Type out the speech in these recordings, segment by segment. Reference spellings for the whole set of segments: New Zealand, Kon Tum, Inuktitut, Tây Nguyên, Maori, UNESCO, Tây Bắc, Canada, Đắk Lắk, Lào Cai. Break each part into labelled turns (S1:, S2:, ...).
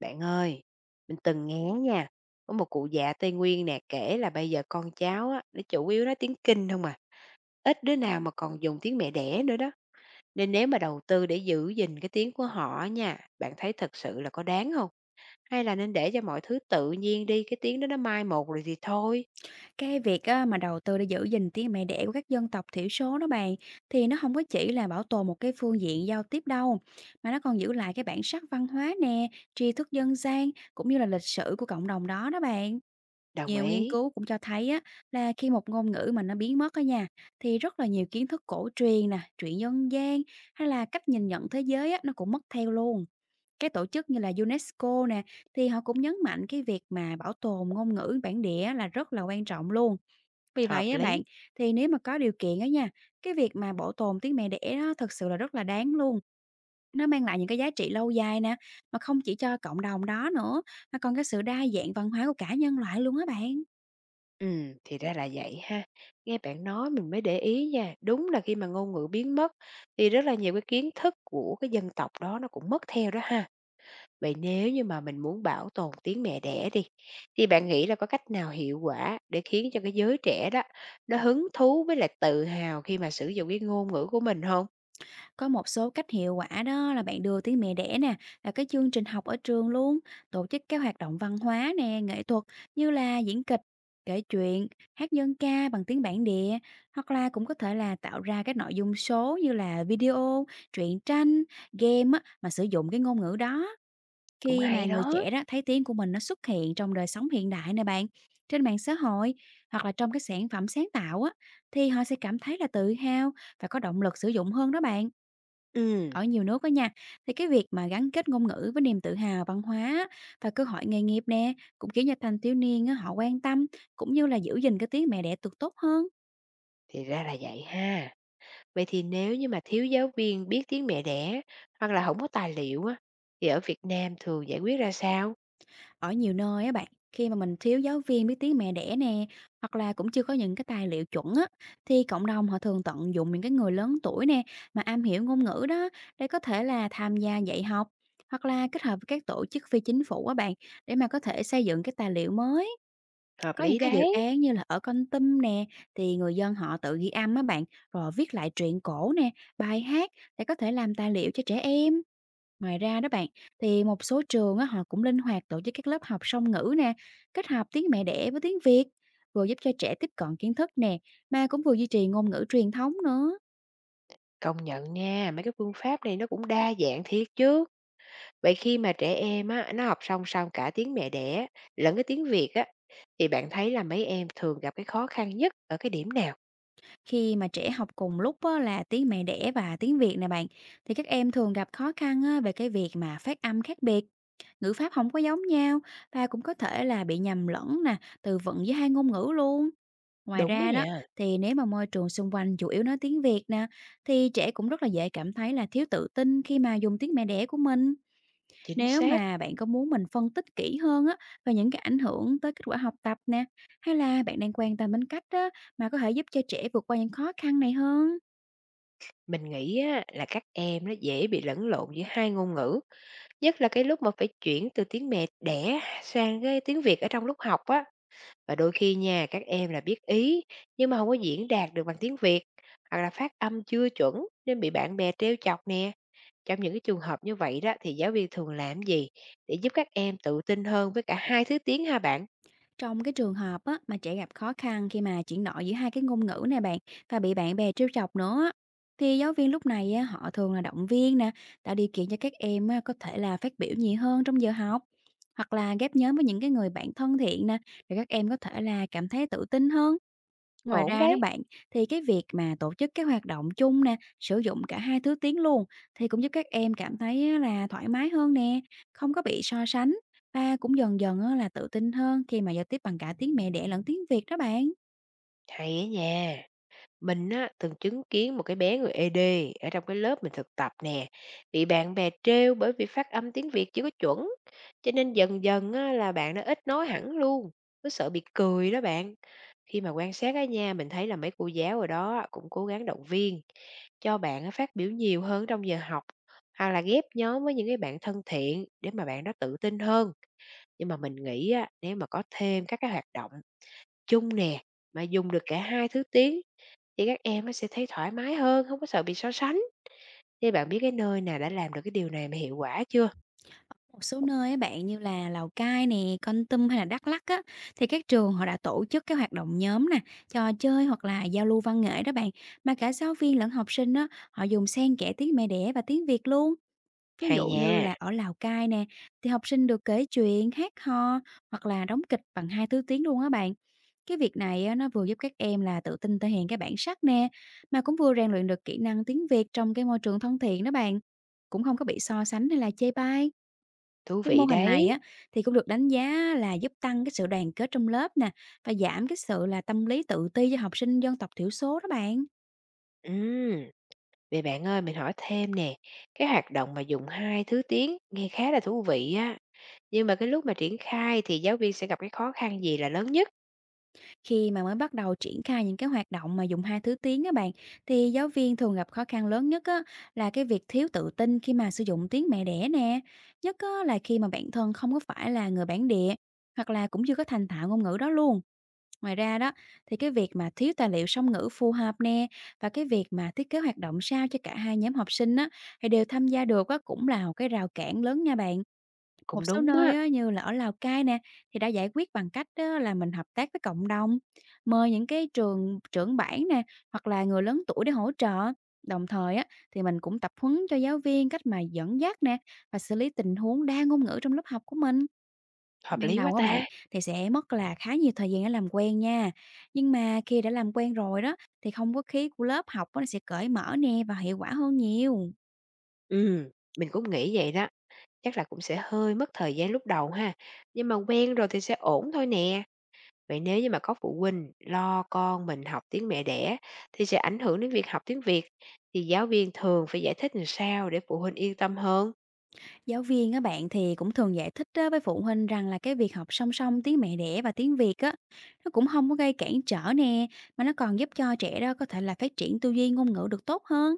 S1: Bạn ơi, mình từng nghe nha, có một cụ già Tây Nguyên nè kể là bây giờ con cháu á, nó chủ yếu nói tiếng Kinh không à. Ít đứa nào mà còn dùng tiếng mẹ đẻ nữa đó. Nên nếu mà đầu tư để giữ gìn cái tiếng của họ nha, bạn thấy thật sự là có đáng không? Hay là nên để cho mọi thứ tự nhiên đi, cái tiếng đó nó mai một rồi thì thôi.
S2: Cái việc á, mà đầu tư để giữ gìn tiếng mẹ đẻ của các dân tộc thiểu số đó bạn thì nó không có chỉ là bảo tồn một cái phương diện giao tiếp đâu, mà nó còn giữ lại cái bản sắc văn hóa nè, tri thức dân gian cũng như là lịch sử của cộng đồng đó đó bạn.
S1: Đồng
S2: Nhiều nghiên
S1: ý,
S2: cứu cũng cho thấy á, là khi một ngôn ngữ mà nó biến mất á nhà, thì rất là nhiều kiến thức cổ truyền nè, truyện dân gian hay là cách nhìn nhận thế giới á, nó cũng mất theo luôn. Các tổ chức như là UNESCO nè, thì họ cũng nhấn mạnh cái việc mà bảo tồn ngôn ngữ bản địa là rất là quan trọng luôn. Vì
S1: hợp
S2: vậy á
S1: lý.
S2: bạn, thì nếu mà có điều kiện á nha, cái việc mà bảo tồn tiếng mẹ đẻ đó thực sự là rất là đáng luôn. Nó mang lại những cái giá trị lâu dài nè, mà không chỉ cho cộng đồng đó nữa, mà còn cái sự đa dạng văn hóa của cả nhân loại luôn á bạn.
S1: Ừ, thì ra là vậy ha. Nghe bạn nói mình mới để ý nha. Đúng là khi mà ngôn ngữ biến mất thì rất là nhiều cái kiến thức của cái dân tộc đó nó cũng mất theo đó ha. Vậy nếu như mà mình muốn bảo tồn tiếng mẹ đẻ đi, thì bạn nghĩ là có cách nào hiệu quả để khiến cho cái giới trẻ đó nó hứng thú với lại tự hào khi mà sử dụng cái ngôn ngữ của mình không?
S2: Có một số cách hiệu quả đó là bạn đưa tiếng mẹ đẻ nè, là cái chương trình học ở trường luôn, tổ chức các hoạt động văn hóa nè, nghệ thuật như là diễn kịch, kể chuyện, hát dân ca bằng tiếng bản địa, hoặc là cũng có thể là tạo ra các nội dung số như là video, truyện tranh, game á, mà sử dụng cái ngôn ngữ đó.
S1: Cũng
S2: Khi mà
S1: hay
S2: người
S1: đó.
S2: trẻ đó thấy tiếng của mình nó xuất hiện trong đời sống hiện đại nè bạn, trên mạng xã hội hoặc là trong cái sản phẩm sáng tạo á, thì họ sẽ cảm thấy là tự hào và có động lực sử dụng hơn đó bạn.
S1: Ừm,
S2: Ở nhiều nước đó nha, thì cái việc mà gắn kết ngôn ngữ với niềm tự hào văn hóa và cơ hội nghề nghiệp nè, cũng khiến cho thanh thiếu niên á, họ quan tâm cũng như là giữ gìn cái tiếng mẹ đẻ được tốt hơn.
S1: thì ra là vậy ha. Vậy thì nếu như mà thiếu giáo viên biết tiếng mẹ đẻ hoặc là không có tài liệu á, thì ở Việt Nam thường giải quyết ra sao?
S2: Ở nhiều nơi á bạn, khi mà mình thiếu giáo viên biết tiếng mẹ đẻ nè, hoặc là cũng chưa có những cái tài liệu chuẩn á, thì cộng đồng họ thường tận dụng những cái người lớn tuổi nè mà am hiểu ngôn ngữ đó để có thể là tham gia dạy học hoặc là kết hợp với các tổ chức phi chính phủ á bạn để mà có thể xây dựng cái tài liệu mới.
S1: Hợp
S2: Có những
S1: lý
S2: cái dự
S1: đấy.
S2: án như là ở Kon Tum nè, thì người dân họ tự ghi âm á bạn, rồi viết lại truyện cổ nè, bài hát để có thể làm tài liệu cho trẻ em. Ngoài ra đó bạn, thì một số trường á, họ cũng linh hoạt tổ chức các lớp học song ngữ nè, kết hợp tiếng mẹ đẻ với tiếng Việt, vừa giúp cho trẻ tiếp cận kiến thức nè, mà cũng vừa duy trì ngôn ngữ truyền thống nữa.
S1: Công nhận nha, mấy cái phương pháp này nó cũng đa dạng thiệt chứ. Vậy khi mà trẻ em á, nó học song song cả tiếng mẹ đẻ lẫn cái tiếng Việt á, thì bạn thấy là mấy em thường gặp cái khó khăn nhất ở cái điểm nào?
S2: Khi mà trẻ học cùng lúc á, là tiếng mẹ đẻ và tiếng Việt nè bạn, thì các em thường gặp khó khăn á, về cái việc mà phát âm khác biệt, ngữ pháp không có giống nhau và cũng có thể là bị nhầm lẫn nè, từ vựng giữa hai ngôn ngữ luôn. Ngoài
S1: Đúng đó
S2: ra đó,
S1: nha.
S2: thì nếu mà môi trường xung quanh chủ yếu nói tiếng Việt nè, thì trẻ cũng rất là dễ cảm thấy là thiếu tự tin khi mà dùng tiếng mẹ đẻ của mình.
S1: Chính
S2: Nếu
S1: xác,
S2: mà bạn có muốn mình phân tích kỹ hơn á về những cái ảnh hưởng tới kết quả học tập nè, hay là bạn đang quan tâm đến cách á mà có thể giúp cho trẻ vượt qua những khó khăn này hơn?
S1: mình nghĩ á, là các em nó dễ bị lẫn lộn giữa hai ngôn ngữ, nhất là cái lúc mà phải chuyển từ tiếng mẹ đẻ sang cái tiếng Việt ở trong lúc học á. Và đôi khi nha, các em là biết ý nhưng mà không có diễn đạt được bằng tiếng Việt, hoặc là phát âm chưa chuẩn nên bị bạn bè trêu chọc nè. Trong những cái trường hợp như vậy đó thì giáo viên thường làm gì để giúp các em tự tin hơn với cả hai thứ tiếng ha bạn?
S2: Trong cái trường hợp á mà trẻ gặp khó khăn khi mà chuyển đổi giữa hai cái ngôn ngữ này bạn và bị bạn bè trêu chọc nữa á, thì giáo viên lúc này á, họ thường là động viên nè, tạo điều kiện cho các em á, có thể là phát biểu nhiều hơn trong giờ học hoặc là ghép nhóm với những cái người bạn thân thiện nè để các em có thể là cảm thấy tự tin hơn. Ngoài
S1: Ổn
S2: ra đó
S1: đấy.
S2: bạn, thì cái việc mà tổ chức các hoạt động chung nè, sử dụng cả hai thứ tiếng luôn thì cũng giúp các em cảm thấy á là thoải mái hơn nè, không có bị so sánh và cũng dần dần á là tự tin hơn khi mà giao tiếp bằng cả tiếng mẹ đẻ lẫn tiếng Việt đó bạn.
S1: Hay á nha. Mình á, từng chứng kiến một cái bé người ED ở trong cái lớp mình thực tập nè, bị bạn bè trêu bởi vì phát âm tiếng Việt chưa có chuẩn, cho nên dần dần á, là bạn nó ít nói hẳn luôn, cứ sợ bị cười đó bạn. Khi mà quan sát ở nhà mình thấy là mấy cô giáo ở đó cũng cố gắng động viên cho bạn á phát biểu nhiều hơn trong giờ học, hoặc là ghép nhóm với những cái bạn thân thiện để mà bạn đó tự tin hơn. Nhưng mà mình nghĩ á, nếu mà có thêm các cái hoạt động chung nè, mà dùng được cả hai thứ tiếng thì các em nó sẽ thấy thoải mái hơn, không có sợ bị so sánh. Thì bạn biết cái nơi nào đã làm được cái điều này mà hiệu quả chưa?
S2: Một số nơi á bạn như là Lào Cai nè, Kon Tum hay là Đắk Lắk á thì các trường họ đã tổ chức các hoạt động nhóm nè, trò chơi hoặc là giao lưu văn nghệ đó bạn, mà cả giáo viên lẫn học sinh á họ dùng xen kẽ tiếng mẹ đẻ và tiếng Việt luôn. Ví
S1: Hay
S2: dụ
S1: nha,
S2: như là ở Lào Cai nè, thì học sinh được kể chuyện, hát hò hoặc là đóng kịch bằng hai thứ tiếng luôn á bạn. Cái việc này á, nó vừa giúp các em là tự tin thể hiện cái bản sắc nè, mà cũng vừa rèn luyện được kỹ năng tiếng Việt trong cái môi trường thân thiện đó bạn. Cũng không có bị so sánh hay là chê bai.
S1: thú
S2: Cái mô
S1: vị
S2: hình này
S1: đấy.
S2: á thì cũng được đánh giá là giúp tăng cái sự đoàn kết trong lớp nè và giảm cái sự là tâm lý tự ti cho học sinh dân tộc thiểu số đó bạn.
S1: Ừm, Vậy bạn ơi, mình hỏi thêm nè, cái hoạt động mà dùng hai thứ tiếng nghe khá là thú vị á, nhưng mà cái lúc mà triển khai thì giáo viên sẽ gặp cái khó khăn gì là lớn nhất?
S2: Khi mà mới bắt đầu triển khai những cái hoạt động mà dùng hai thứ tiếng á bạn, thì giáo viên thường gặp khó khăn lớn nhất á, là cái việc thiếu tự tin khi mà sử dụng tiếng mẹ đẻ nè. Nhất á, là khi mà bản thân không có phải là người bản địa hoặc là cũng chưa có thành thạo ngôn ngữ đó luôn. Ngoài ra đó thì cái việc mà thiếu tài liệu song ngữ phù hợp nè và cái việc mà thiết kế hoạt động sao cho cả hai nhóm học sinh á, thì đều tham gia được á, cũng là một cái rào cản lớn nha bạn. Một
S1: Cũng
S2: số
S1: đúng
S2: nơi
S1: á,
S2: á, như là ở Lào Cai nè, thì đã giải quyết bằng cách á, là mình hợp tác với cộng đồng, mời những cái trường trưởng bản nè, hoặc là người lớn tuổi để hỗ trợ. Đồng thời á, thì mình cũng tập huấn cho giáo viên cách mà dẫn dắt nè và xử lý tình huống đa ngôn ngữ trong lớp học của mình.
S1: hợp
S2: Ban
S1: lý quá
S2: đầu á bạn
S1: ta.
S2: thì sẽ mất là khá nhiều thời gian để làm quen nha. Nhưng mà khi đã làm quen rồi đó thì không có khí của lớp học á, nó sẽ cởi mở nè và hiệu quả hơn nhiều.
S1: Ừm, mình cũng nghĩ vậy đó, chắc là cũng sẽ hơi mất thời gian lúc đầu ha, nhưng mà quen rồi thì sẽ ổn thôi nè. Vậy nếu như mà có phụ huynh lo con mình học tiếng mẹ đẻ thì sẽ ảnh hưởng đến việc học tiếng Việt, thì giáo viên thường phải giải thích làm sao để phụ huynh yên tâm hơn?
S2: Giáo viên á bạn thì cũng thường giải thích á với phụ huynh rằng là cái việc học song song tiếng mẹ đẻ và tiếng Việt á, nó cũng không có gây cản trở nè, mà nó còn giúp cho trẻ đó có thể là phát triển tư duy ngôn ngữ được tốt hơn.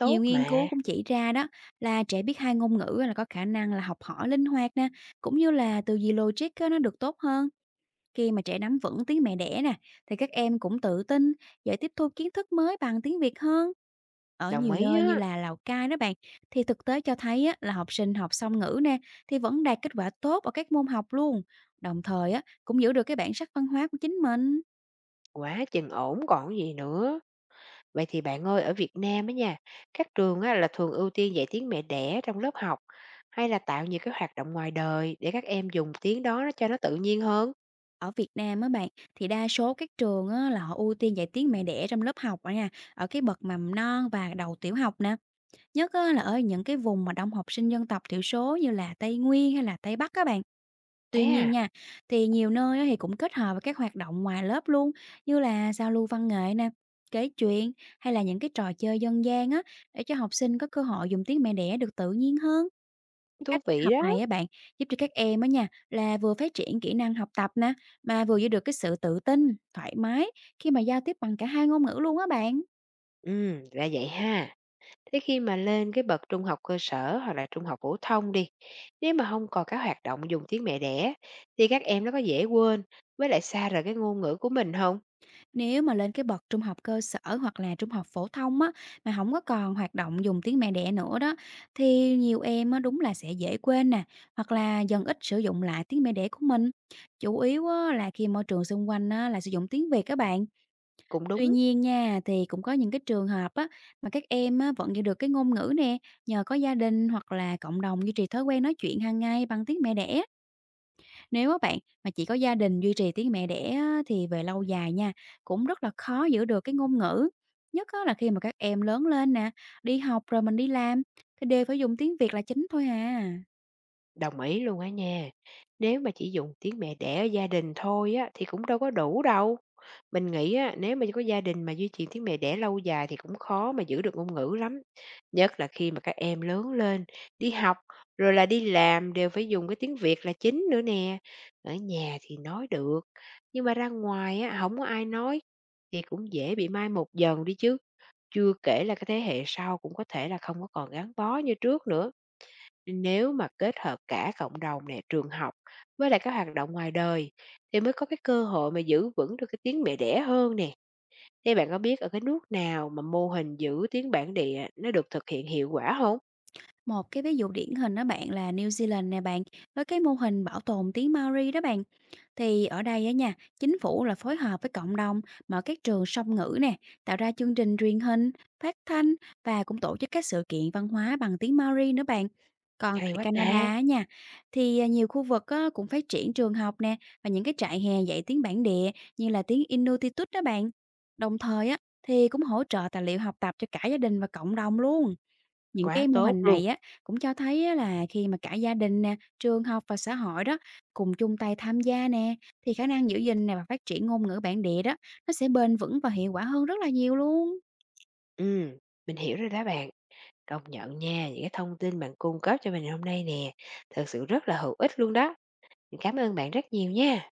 S2: Nhiều nghiên cứu
S1: mà,
S2: cũng chỉ ra đó là trẻ biết hai ngôn ngữ là có khả năng là học hỏi linh hoạt nè, cũng như là tư duy logic á nó được tốt hơn. Khi mà trẻ nắm vững tiếng mẹ đẻ nè, thì các em cũng tự tin, dễ tiếp thu kiến thức mới bằng tiếng Việt hơn. Ở
S1: đồng
S2: nhiều
S1: ý
S2: nơi như
S1: á,
S2: là Lào Cai đó bạn, thì thực tế cho thấy á, là học sinh học song ngữ nè, thì vẫn đạt kết quả tốt ở các môn học luôn. Đồng thời á, cũng giữ được cái bản sắc văn hóa của chính mình.
S1: quá chừng ổn còn gì nữa. Vậy thì bạn ơi, ở Việt Nam á nha, các trường á là thường ưu tiên dạy tiếng mẹ đẻ trong lớp học hay là tạo nhiều cái hoạt động ngoài đời để các em dùng tiếng đó nó cho nó tự nhiên hơn.
S2: Ở Việt Nam á bạn, thì đa số các trường á, là họ ưu tiên dạy tiếng mẹ đẻ trong lớp học ở nha, ở cái bậc mầm non và đầu tiểu học nè. Nhất á, là ở những cái vùng mà đông học sinh dân tộc thiểu số như là Tây Nguyên hay là Tây Bắc các bạn.
S1: Thế
S2: Tuy nhiên
S1: à,
S2: nha, thì nhiều nơi á thì cũng kết hợp với các hoạt động ngoài lớp luôn, như là giao lưu văn nghệ nè, kể chuyện hay là những cái trò chơi dân gian á, để cho học sinh có cơ hội dùng tiếng mẹ đẻ được tự nhiên hơn. Cái
S1: thú
S2: cách kết
S1: vị
S2: hợp này
S1: đó.
S2: á bạn, giúp cho các em á nha, là vừa phát triển kỹ năng học tập nè, mà vừa giữ được cái sự tự tin, thoải mái khi mà giao tiếp bằng cả hai ngôn ngữ luôn á bạn.
S1: Ừ, ra vậy ha. Thế khi mà lên cái bậc trung học cơ sở hoặc là trung học phổ thông đi, nếu mà không còn các hoạt động dùng tiếng mẹ đẻ thì các em nó có dễ quên với lại xa rời cái ngôn ngữ của mình không?
S2: Nếu mà lên cái bậc trung học cơ sở hoặc là trung học phổ thông á, mà không có còn hoạt động dùng tiếng mẹ đẻ nữa đó, thì nhiều em á đúng là sẽ dễ quên nè, hoặc là dần ít sử dụng lại tiếng mẹ đẻ của mình. Chủ yếu á là khi môi trường xung quanh á là sử dụng tiếng Việt các bạn.
S1: Cũng
S2: Tuy
S1: đúng.
S2: nhiên nha, thì cũng có những cái trường hợp á, mà các em á vẫn giữ được cái ngôn ngữ nè, nhờ có gia đình hoặc là cộng đồng duy trì thói quen nói chuyện hàng ngày bằng tiếng mẹ đẻ. Nếu á bạn mà chỉ có gia đình duy trì tiếng mẹ đẻ á, thì về lâu dài nha, cũng rất là khó giữ được cái ngôn ngữ. Nhất á, là khi mà các em lớn lên nè, đi học rồi mình đi làm, thì đều phải dùng tiếng Việt là chính thôi à.
S1: Đồng ý luôn á nha. Nếu mà chỉ dùng tiếng mẹ đẻ ở gia đình thôi á thì cũng đâu có đủ đâu. Mình nghĩ á, nếu mà có gia đình mà duy trì tiếng mẹ đẻ lâu dài thì cũng khó mà giữ được ngôn ngữ lắm. Nhất là khi mà các em lớn lên, đi học rồi là đi làm đều phải dùng cái tiếng Việt là chính nữa nè. Ở nhà thì nói được, nhưng mà ra ngoài á không có ai nói thì cũng dễ bị mai một dần đi chứ. Chưa kể là cái thế hệ sau cũng có thể là không có còn gắn bó như trước nữa nếu mà kết hợp cả cộng đồng nè, trường học với lại các hoạt động ngoài đời thì mới có cái cơ hội mà giữ vững được cái tiếng mẹ đẻ hơn nè. Thế bạn có biết ở cái nước nào mà mô hình giữ tiếng bản địa nó được thực hiện hiệu quả không?
S2: Một cái ví dụ điển hình đó bạn là New Zealand nè bạn, với cái mô hình bảo tồn tiếng Maori đó bạn. Thì ở đây á nha, chính phủ là phối hợp với cộng đồng mở các trường song ngữ nè, tạo ra chương trình truyền hình, phát thanh và cũng tổ chức các sự kiện văn hóa bằng tiếng Maori nữa bạn. Còn
S1: Hay
S2: tại
S1: quá
S2: Canada
S1: ta,
S2: á nha, thì nhiều khu vực á, cũng phát triển trường học nè và những cái trại hè dạy tiếng bản địa như là tiếng Inuktitut đó bạn. Đồng thời á, thì cũng hỗ trợ tài liệu học tập cho cả gia đình và cộng đồng luôn. Những
S1: quá
S2: cái mô
S1: tốt
S2: hình
S1: luôn.
S2: này á, cũng cho thấy á là khi mà cả gia đình nè, trường học và xã hội đó cùng chung tay tham gia nè, thì khả năng giữ gìn nè và phát triển ngôn ngữ bản địa đó, nó sẽ bền vững và hiệu quả hơn rất là nhiều luôn.
S1: Ừm, mình hiểu rồi đó bạn. Công nhận nha, những cái thông tin bạn cung cấp cho mình hôm nay nè, thực sự rất là hữu ích luôn đó. Mình cảm ơn bạn rất nhiều nha.